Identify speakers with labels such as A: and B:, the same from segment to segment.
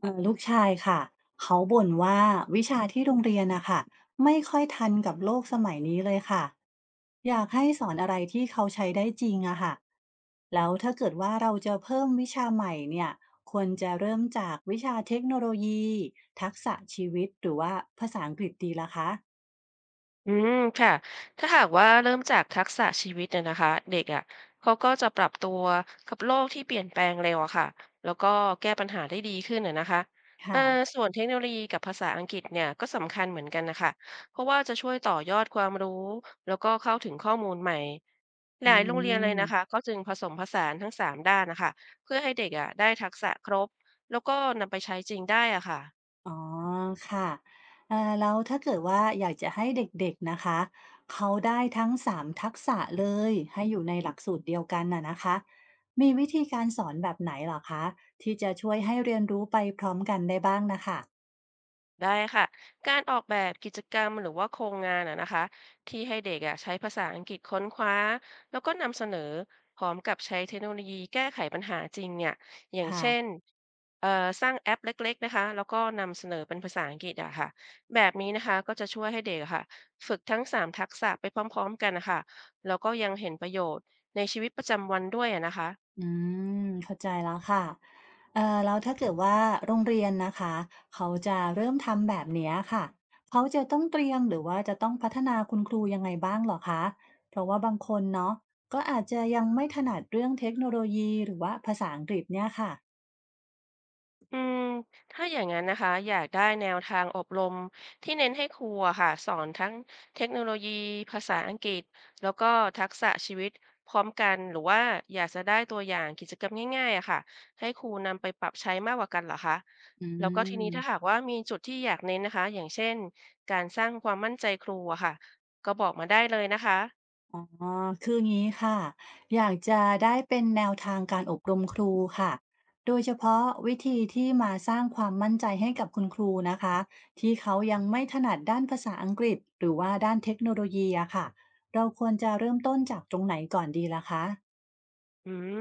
A: ลูกชายค่ะเขาบ่นว่าวิชาที่โรงเรียนนะค่ะไม่ค่อยทันกับโลกสมัยนี้เลยค่ะอยากให้สอนอะไรที่เขาใช้ได้จริงอะค่ะแล้วถ้าเกิดว่าเราจะเพิ่มวิชาใหม่เนี่ยควรจะเริ่มจากวิชาเทคโนโลยีทักษะชีวิตหรือว่าภาษาอังกฤษดีละคะ
B: อืมค่ะถ้าหากว่าเริ่มจากทักษะชีวิตเนี่ยนะคะเด็กอ่ะเขาก็จะปรับตัวกับโลกที่เปลี่ยนแปลงเร็วอะค่ะแล้วก็แก้ปัญหาได้ดีขึ้นน่ะนะคะเอ่อ
A: ค่ะ
B: ส่วนเทคโนโลยีกับภาษาอังกฤษเนี่ยก็สำคัญเหมือนกันนะคะเพราะว่าจะช่วยต่อยอดความรู้แล้วก็เข้าถึงข้อมูลใหม่ห
A: อื
B: ลายโรงเรียนเลย
A: ม
B: นะคะก็จึงผสมผสานทั้งสามด้านนะคะเพื่อให้เด็กอ่ะได้ทักษะครบแล้วก็นำไปใช้จริงได้อ่ะค่ะ
A: อ๋อค่ะแล้วถ้าเกิดว่าอยากจะให้เด็กๆนะคะเขาได้ทั้ง3ทักษะเลยให้อยู่ในหลักสูตรเดียวกันน่ะนะคะมีวิธีการสอนแบบไหนเหรอคะที่จะช่วยให้เรียนรู้ไปพร้อมกันได้บ้างนะคะ
B: ได้ค่ะการออกแบบกิจกรรมหรือว่าโครงงานอะนะคะที่ให้เด็กอะใช้ภาษาอังกฤษค้นคว้าแล้วก็นำเสนอพร้อมกับใช้เทคโนโลยีแก้ไขปัญหาจริงเนี่ยอย่าง
A: ค่ะ
B: เช่นสร้างแอปเล็กๆนะคะแล้วก็นำเสนอเป็นภาษาอังกฤษอะค่ะแบบนี้นะคะก็จะช่วยให้เด็กอะค่ะฝึกทั้งสามทักษะไปพร้อมๆกันนะคะแล้วก็ยังเห็นประโยชน์ในชีวิตประจำวันด้วยอะนะคะ
A: อืมเข้าใจแล้วค่ะแล้วถ้าเกิดว่าโรงเรียนนะคะเขาจะเริ่มทำแบบเนี้ยค่ะเขาจะต้องเตรียมหรือว่าจะต้องพัฒนาคุณครูยังไงบ้างเหรอคะเพราะว่าบางคนเนาะก็อาจจะยังไม่ถนัดเรื่องเทคโนโลยีหรือว่าภาษาอังกฤษเนี่ยค่ะ
B: อืมถ้าอย่างนั้นนะคะอยากได้แนวทางอบรมที่เน้นให้ครูอะค่ะสอนทั้งเทคโนโลยีภาษาอังกฤษแล้วก็ทักษะชีวิตพร้อมกันหรือว่าอยากจะได้ตัวอย่างกิจกรรมง่ายๆอะค่ะให้ครูนำไปปรับใช้มากกว่ากันเหรอคะ
A: อื
B: แล้วก็ทีนี้ถ้าหา
A: ม
B: กว่ามีจุดที่อยากเน้นนะคะอย่างเช่นการสร้างความมั่นใจครูอะค่ะก็บอกมาได้เลยนะคะ
A: อ๋อ คืองี้ค่ะ อยากจะได้เป็นแนวทางการอบรมครูค่ะ โดยเฉพาะวิธีที่มาสร้างความมั่นใจให้กับคุณครูนะคะ ที่เขายังไม่ถนัดด้านภาษาอังกฤษหรือว่าด้านเทคโนโลยีอะค่ะเราควรจะเริ่มต้นจากตรงไหนก่อนดีล่ะคะ
B: อืม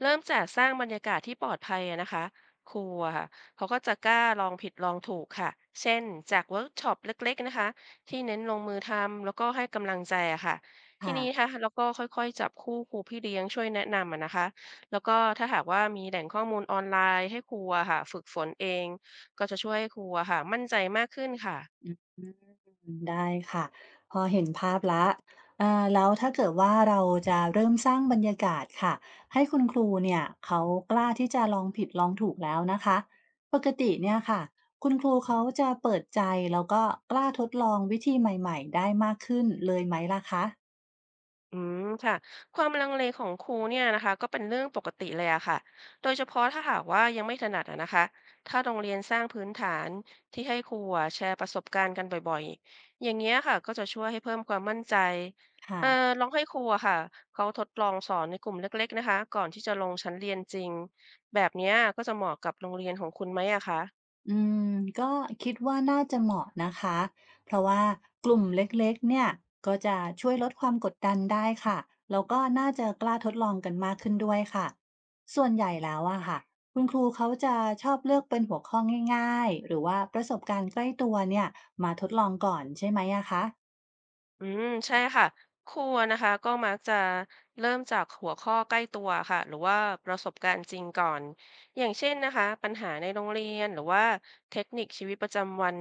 B: เริ่มจากสร้างบรรยากาศที่ปลอดภัยอะนะคะครูอะค่ะเขาก็จะกล้าลองผิดลองถูกค่ะเช่นจากเวิร์กช็อปเล็กๆนะคะที่เน้นลงมือทำแล้วก็ให้กำลังใจอะค่ะที
A: ค่ะ
B: นี้ค่ะแล้วก็ค่อยๆจับคู่ครูพี่เลี้ยงช่วยแนะนำอะนะคะแล้วก็ถ้าหากว่ามีแหล่งข้อมูลออนไลน์ให้ครูอะค่ะฝึกฝนเองก็จะช่วยให้ครูอะค่ะมั่นใจมากขึ้นค่ะ
A: อืมได้ค่ะพอเห็นภาพแล้วอ่าแล้วถ้าเกิดว่าเราจะเริ่มสร้างบรรยากาศค่ะให้คุณครูเนี่ยเขากล้าที่จะลองผิดลองถูกแล้วนะคะปกติเนี่ยค่ะคุณครูเขาจะเปิดใจแล้วก็กล้าทดลองวิธีใหม่ๆได้มากขึ้นเลยไหมล่ะคะ
B: อืมค่ะความลังเลของครูเนี่ยนะคะก็เป็นเรื่องปกติเลยอะค่ะโดยเฉพาะถ้าหากว่ายังไม่ถนัดอะนะคะถ้าโรงเรียนสร้างพื้นฐานที่ให้ครูอะแชร์ประสบการณ์กันบ่อยๆอย่างเงี้ยค่ะก็จะช่วยให้เพิ่มความมั่นใจ
A: ค่ะ
B: เอ่อลองให้ครูอะค่ะเขาทดลองสอนในกลุ่มเล็กๆนะคะก่อนที่จะลงชั้นเรียนจริงแบบเนี้ยก็จะเหมาะกับโรงเรียนของคุณไหมอะคะ
A: อืมก็คิดว่าน่าจะเหมาะนะคะเพราะว่ากลุ่มเล็กๆเนี่ยก็จะช่วยลดความกดดันได้ค่ะแล้วก็น่าจะกล้าทดลองกันมากขึ้นด้วยค่ะส่วนใหญ่แล้วอะค่ะคุณครูเขาจะชอบเลือกเป็นหัวข้อง่ายๆหรือว่าประสบการณ์ใกล้ตัวเนี่ยมาทดลองก่อนใช่ไหมอะคะ
B: อืมใช่ค่ะครูอนะคะก็มักจะเริ่มจากหัวข้อใกล้ตัวค่ะหรือว่าประสบการณ์จริงก่อนอย่างเช่นนะคะปัญหาในโรงเรียนหรือว่าเทคนิคชีวิตประจำวัน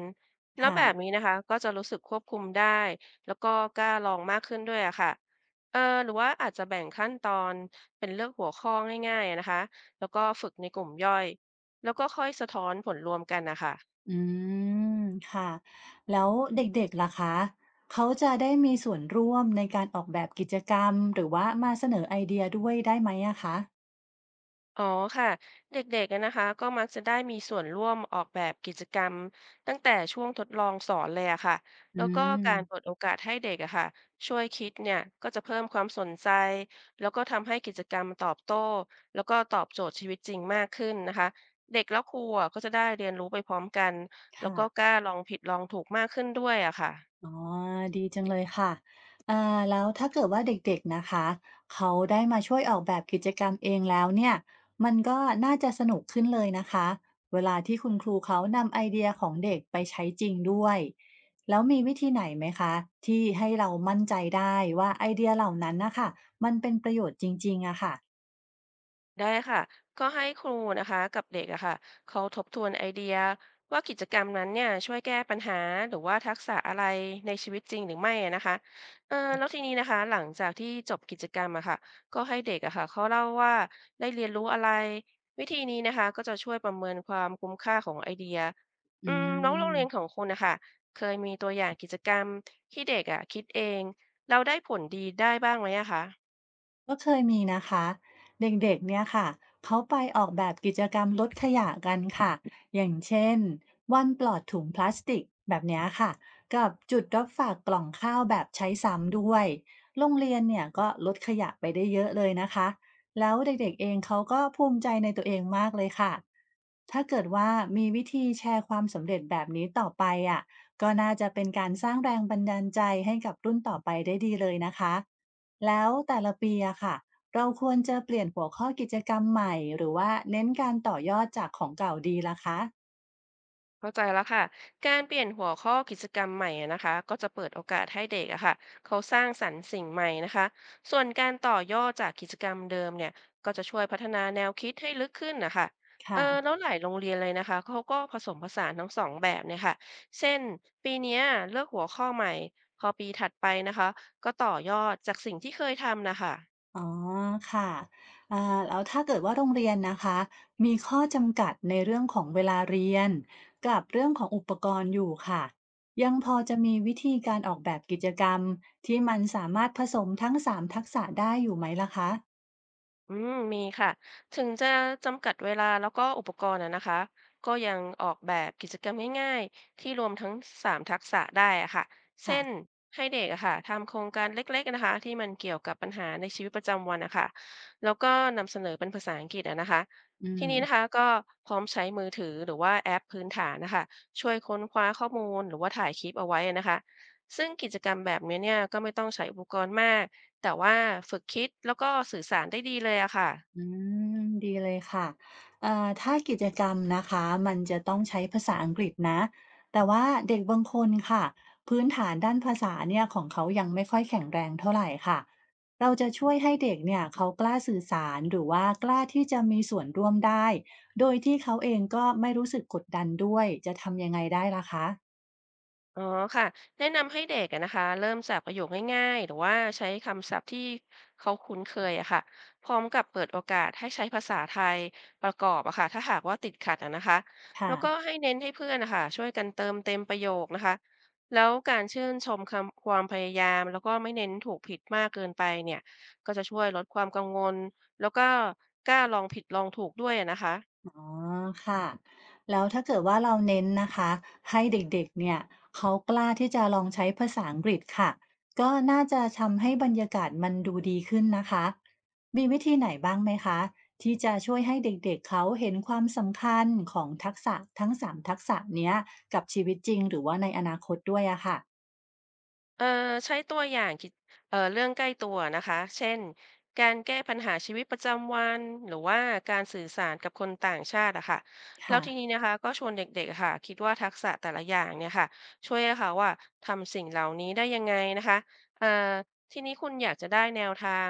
B: แล้ว
A: ค่ะ
B: แบบนี้นะคะก็จะรู้สึกควบคุมได้แล้วก็กล้าลองมากขึ้นด้วยอะค่ะเออหรือว่าอาจจะแบ่งขั้นตอนเป็นเลือกหัวข้อง่ายๆอะนะคะแล้วก็ฝึกในกลุ่มย่อยแล้วก็ค่อยสะท้อนผลรวมกันนะคะ
A: อืมค่ะแล้วเด็กๆล่ะคะเขาจะได้มีส่วนร่วมในการออกแบบกิจกรรมหรือว่ามาเสนอไอเดียด้วยได้ไหมอะคะ
B: อ๋อค่ะเด็กๆอะนะคะก็มักจะได้มีส่วนร่วมออกแบบกิจกรรมตั้งแต่ช่วงทดลองสอนเลยอะค่ะแล้ว
A: อื
B: ก็
A: ม
B: การเปิดโอกาสให้เด็กอะค่ะช่วยคิดเนี่ยก็จะเพิ่มความสนใจแล้วก็ทำให้กิจกรรมตอบโต้แล้วก็ตอบโจทย์ชีวิตจริงมากขึ้นนะคะเด็กแล้วครูอะก็จะได้เรียนรู้ไปพร้อมกันแล้ว
A: ค่ะ
B: ก็กล้าลองผิดลองถูกมากขึ้นด้วยอะค่ะ
A: อ๋อดีจังเลยค่ะอ่าแล้วถ้าเกิดว่าเด็กๆนะคะ เขาได้มาช่วยออกแบบกิจกรรมเองแล้วเนี่ย มันก็น่าจะสนุกขึ้นเลยนะคะ เวลาที่คุณครูเขานำไอเดียของเด็กไปใช้จริงด้วย แล้วมีวิธีไหนไหมคะ ที่ให้เรามั่นใจได้ว่าไอเดียเหล่านั้นนะคะมันเป็นประโยชน์จริงๆอะค่ะ
B: ได้ค่ะก็ให้ครูนะคะกับเด็กอะค่ะเขาทบทวนไอเดียว่ากิจกรรมนั้นเนี่ยช่วยแก้ปัญหาหรือว่าทักษะอะไรในชีวิตจริงหรือไม่อะนะคะเออแล้วทีนี้นะคะหลังจากที่จบกิจกรรมอะค่ะก็ให้เด็กอะค่ะเขาเล่าว่าได้เรียนรู้อะไรวิธีนี้นะคะก็จะช่วยประเมินความคุ้มค่าของไอเดีย
A: อื
B: น้องโรง
A: ม
B: เรียนของคุณนะคะเคยมีตัวอย่างกิจกรรมที่เด็กอะคิดเองเราได้ผลดีได้บ้างไหมอะคะ
A: ก็เคยมีนะคะเด็กๆเนี่ยค่ะเขาไปออกแบบกิจกรรมลดขยะกันค่ะอย่างเช่นวันปลอดถุงพลาสติกแบบเนี้ยค่ะกับจุดรับฝากกล่องข้าวแบบใช้ซ้ำด้วยโรงเรียนเนี่ยก็ลดขยะไปได้เยอะเลยนะคะแล้วเด็กๆเองเขาก็ภูมิใจในตัวเองมากเลยค่ะถ้าเกิดว่ามีวิธีแชร์ความสำเร็จแบบนี้ต่อไปอ่ะก็น่าจะเป็นการสร้างแรงบันดาลใจให้กับรุ่นต่อไปได้ดีเลยนะคะ แล้วแต่ละปีอะค่ะเราควรจะเปลี่ยนหัวข้อกิจกรรมใหม่หรือว่าเน้นการต่อยอดจากของเก่าดีล่ะคะ
B: เข้าใจแล้วค่ะการเปลี่ยนหัวข้อกิจกรรมใหม่อะนะคะก็จะเปิดโอกาสให้เด็กอะค่ะเขาสร้างสรรค์สิ่งใหม่นะคะส่วนการต่อยอดจากกิจกรรมเดิมเนี่ยก็จะช่วยพัฒนาแนวคิดให้ลึกขึ้นนะคะเอ
A: ค่ะ
B: อแล้วหลายโรงเรียนเลยนะคะเขาก็ผสมผสานทั้งสองแบบเนี่ยค่ะเช่นปีเนี้ยเลือกหัวข้อใหม่พอปีถัดไปนะคะก็ต่อยอดจากสิ่งที่เคยทำนะคะ
A: อ๋อค่ะอ่าแล้วถ้าเกิดว่าโรงเรียนนะคะมีข้อจำกัดในเรื่องของเวลาเรียนกับเรื่องของอุปกรณ์อยู่ค่ะยังพอจะมีวิธีการออกแบบกิจกรรมที่มันสามารถผสมทั้ง3ทักษะได้อยู่ไหมล่ะคะ
B: อืมมีค่ะ ถึงจะจำกัดเวลาแล้วก็อุปกรณ์อะนะคะก็ยังออกแบบกิจกรรมง่ายๆที่รวมทั้งสามทักษะได้อะค่ะเช่
A: ค่ะ
B: นให้เด็กอะค่ะทำโครงการเล็กๆนะคะที่มันเกี่ยวกับปัญหาในชีวิตประจำวันนะคะแล้วก็นำเสนอเป็นภาษาอังกฤษอะนะคะ
A: อื
B: ที
A: ม
B: นี้นะคะก็พร้อมใช้มือถือหรือว่าแอปพื้นฐานนะคะช่วยค้นคว้าข้อมูลหรือว่าถ่ายคลิปเอาไว้อะนะคะซึ่งกิจกรรมแบบนี้เนี่ยก็ไม่ต้องใช้อุปกรณ์มาก แต่ว่าฝึกคิดแล้วก็สื่อสารได้ดีเลยอะค่ะ
A: อืมดีเลยค่ะถ้ากิจกรรมนะคะมันจะต้องใช้ภาษาอังกฤษนะ แต่ว่าเด็กบางคนค่ะพื้นฐานด้านภาษาเนี่ยของเขายังไม่ค่อยแข็งแรงเท่าไหร่ค่ะ เราจะช่วยให้เด็กเนี่ยเขากล้าสื่อสารหรือว่ากล้าที่จะมีส่วนร่วมได้ โดยที่เขาเองก็ไม่รู้สึกกดดันด้วย จะทำยังไงได้ล่ะคะ
B: อ๋อค่ะแนะนำให้เด็กอะนะคะเริ่มจากประโยคง่ายๆหรือว่าใช้คำศัพท์ที่เขาคุ้นเคยอะค่ะพร้อมกับเปิดโอกาสให้ใช้ภาษาไทยประกอบอะค่ะถ้าหากว่าติดขัดอะนะคะ
A: ค่ะ
B: แล้วก็ให้เน้นให้เพื่อนนะคะช่วยกันเติมเต็มประโยคนะคะแล้วการชื่นชมคำความพยายามแล้วก็ไม่เน้นถูกผิดมากเกินไปเนี่ยก็จะช่วยลดความกังวลแล้วก็กล้าลองผิดลองถูกด้วยอะนะคะ
A: อ๋อค่ะแล้วถ้าเกิดว่าเราเน้นนะคะให้เด็กๆเนี่ยเขากล้าที่จะลองใช้ภาษาอังกฤษค่ะก็น่าจะทำให้บรรยากาศมันดูดีขึ้นนะคะมีวิธีไหนบ้างไหมคะที่จะช่วยให้เด็กๆเขาเห็นความสำคัญของทักษะทั้งสามทักษะเนี้ยกับชีวิตจริงหรือว่าในอนาคตด้วยอะค่ะ
B: เอ่อใช้ตัวอย่างกิจเรื่องใกล้ตัวนะคะเช่นการแก้ปัญหาชีวิตประจำวันหรือว่าการสื่อสารกับคนต่างชาติอะค่ะแล้ว
A: ค่ะ
B: ทีนี้นะคะก็ชวนเด็กๆอะค่ะคิดว่าทักษะแต่ละอย่างเนี่ยค่ะช่วยให้เขาว่าทำสิ่งเหล่านี้ได้ยังไงนะคะเอ่อทีนี้คุณอยากจะได้แนวทาง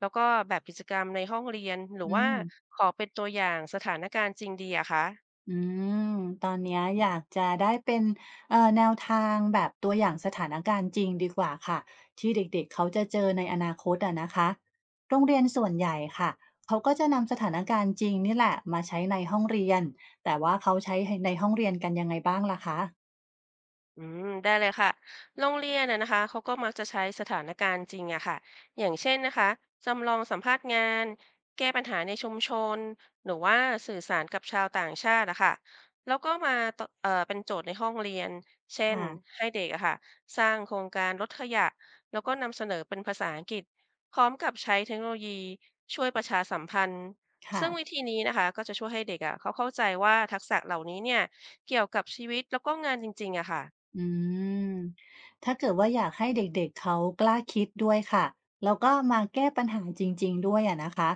B: แล้วก็แบบกิจกรรมในห้องเรียนหรือ
A: อื
B: ว่า
A: ม
B: ขอเป็นตัวอย่างสถานการณ์จริงดีอะคะ
A: อืมตอนเนี้ยอยากจะได้เป็นแนวทางแบบตัวอย่างสถานการณ์จริงดีกว่าค่ะที่เด็กๆเขาจะเจอในอนาคตอะนะคะโรงเรียนส่วนใหญ่ค่ะเขาก็จะนำสถานการณ์จริงนี่แหละมาใช้ในห้องเรียนแต่ว่าเขาใช้ในห้องเรียนกันยังไงบ้างล่ะคะ
B: อืมได้เลยค่ะ โรงเรียนนะคะเขาก็มักจะใช้สถานการณ์จริงอะค่ะอย่างเช่นนะคะจำลองสัมภาษณ์งานแก้ปัญหาในชุมชนหรือว่าสื่อสารกับชาวต่างชาติอะค่ะแล้วก็มาต่อเป็นโจทย์ในห้องเรียน เช่น
A: ค่ะ
B: ให้เด็กอะค่ะสร้างโครงการลดขยะแล้วก็นำเสนอเป็นภาษาอังกฤษพร้อมกับใช้เทคโนโลยีช่วยประชาสัมพันธ์
A: ค่ะ
B: ซึ่งวิธีนี้นะคะก็จะช่วยให้เด็กอะเขาเข้าใจว่าทักษะเหล่านี้เนี่ยเกี่ยวกับชีวิตแล้วก็งานจริงๆอะค่ะ
A: อืม ถ้าเกิดว่าอยากให้เด็กๆ เขากล้าคิดด้วยค่ะ แล้วก็มาแก้ปัญหาจริงๆด้วยอะนะคะ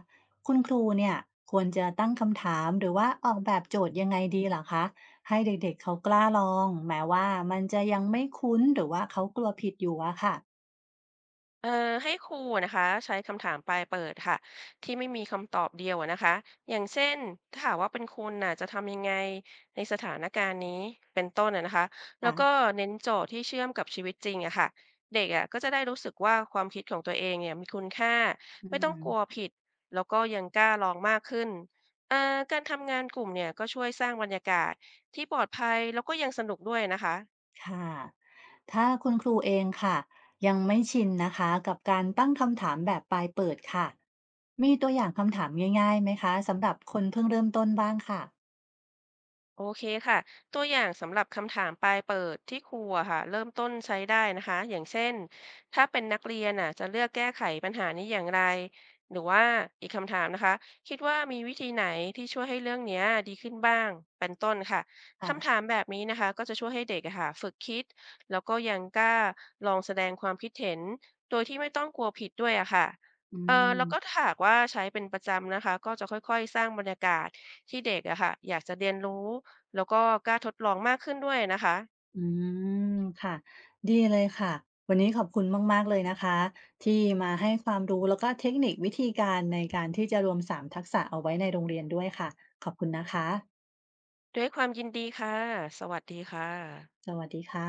A: คุณครูเนี่ยควรจะตั้งคำถามหรือว่าออกแบบโจทย์ยังไงดีเหรอคะ ให้เด็กๆเขากล้าลองแม้ว่ามันจะยังไม่คุ้นหรือว่าเขากลัวผิดอยู่อะค่ะ
B: เอ่อให้ครูนะคะใช้คำถามปลายเปิดค่ะที่ไม่มีคำตอบเดียวอะนะคะอย่างเช่นถ้าหากว่าเป็นคุณน่ะจะทำยังไงในสถานการณ์นี้เป็นต้นอะนะคะแล้
A: ค่ะ
B: วก็เน้นโจทย์ที่เชื่อมกับชีวิตจริงอะค่ะเด็กอะก็จะได้รู้สึกว่าความคิดของตัวเองเนี่ยมีคุณค่า
A: อื
B: ไม่ต้องกลัว
A: ม
B: ผิดแล้วก็ยังกล้าลองมากขึ้นเอ่อการทำงานกลุ่มเนี่ยก็ช่วยสร้างบรรยากาศที่ปลอดภัยแล้วก็ยังสนุกด้วยนะคะ
A: ค่ะถ้าคุณครูเองค่ะยังไม่ชินนะคะกับการตั้งคำถามแบบปลายเปิดค่ะมีตัวอย่างคำถามง่ายๆไหมคะสำหรับคนเพิ่งเริ่มต้นบ้างค่ะ
B: โอเคค่ะตัวอย่างสำหรับคำถามปลายเปิดที่ครูอะค่ะเริ่มต้นใช้ได้นะคะอย่างเช่นถ้าเป็นนักเรียนอ่ะจะเลือกแก้ไขปัญหานี้อย่างไรหรือว่าอีกคำถามนะคะคิดว่ามีวิธีไหนที่ช่วยให้เรื่องเนี้ยดีขึ้นบ้างเป็นต้นค่ะ
A: ค่ะ
B: คำถามแบบนี้นะคะก็จะช่วยให้เด็กอะค่ะฝึกคิดแล้วก็ยังกล้าลองแสดงความคิดเห็นโดยที่ไม่ต้องกลัวผิดด้วยอะค่ะ
A: อื
B: เออ
A: ม
B: แล้วก็ถ้าหากว่าใช้เป็นประจำนะคะก็จะค่อยๆสร้างบรรยากาศที่เด็กอะค่ะอยากจะเรียนรู้ แล้วก็กล้าทดลองมากขึ้นด้วยนะคะ
A: อืมค่ะดีเลยค่ะวันนี้ขอบคุณมากๆเลยนะคะที่มาให้ความรู้แล้วก็เทคนิควิธีการในการที่จะรวมสามทักษะเอาไว้ในโรงเรียนด้วยค่ะขอบคุณนะคะ
B: ด้วยความยินดีค่ะ สวัสดีค่ะ
A: สวัสดีค่ะ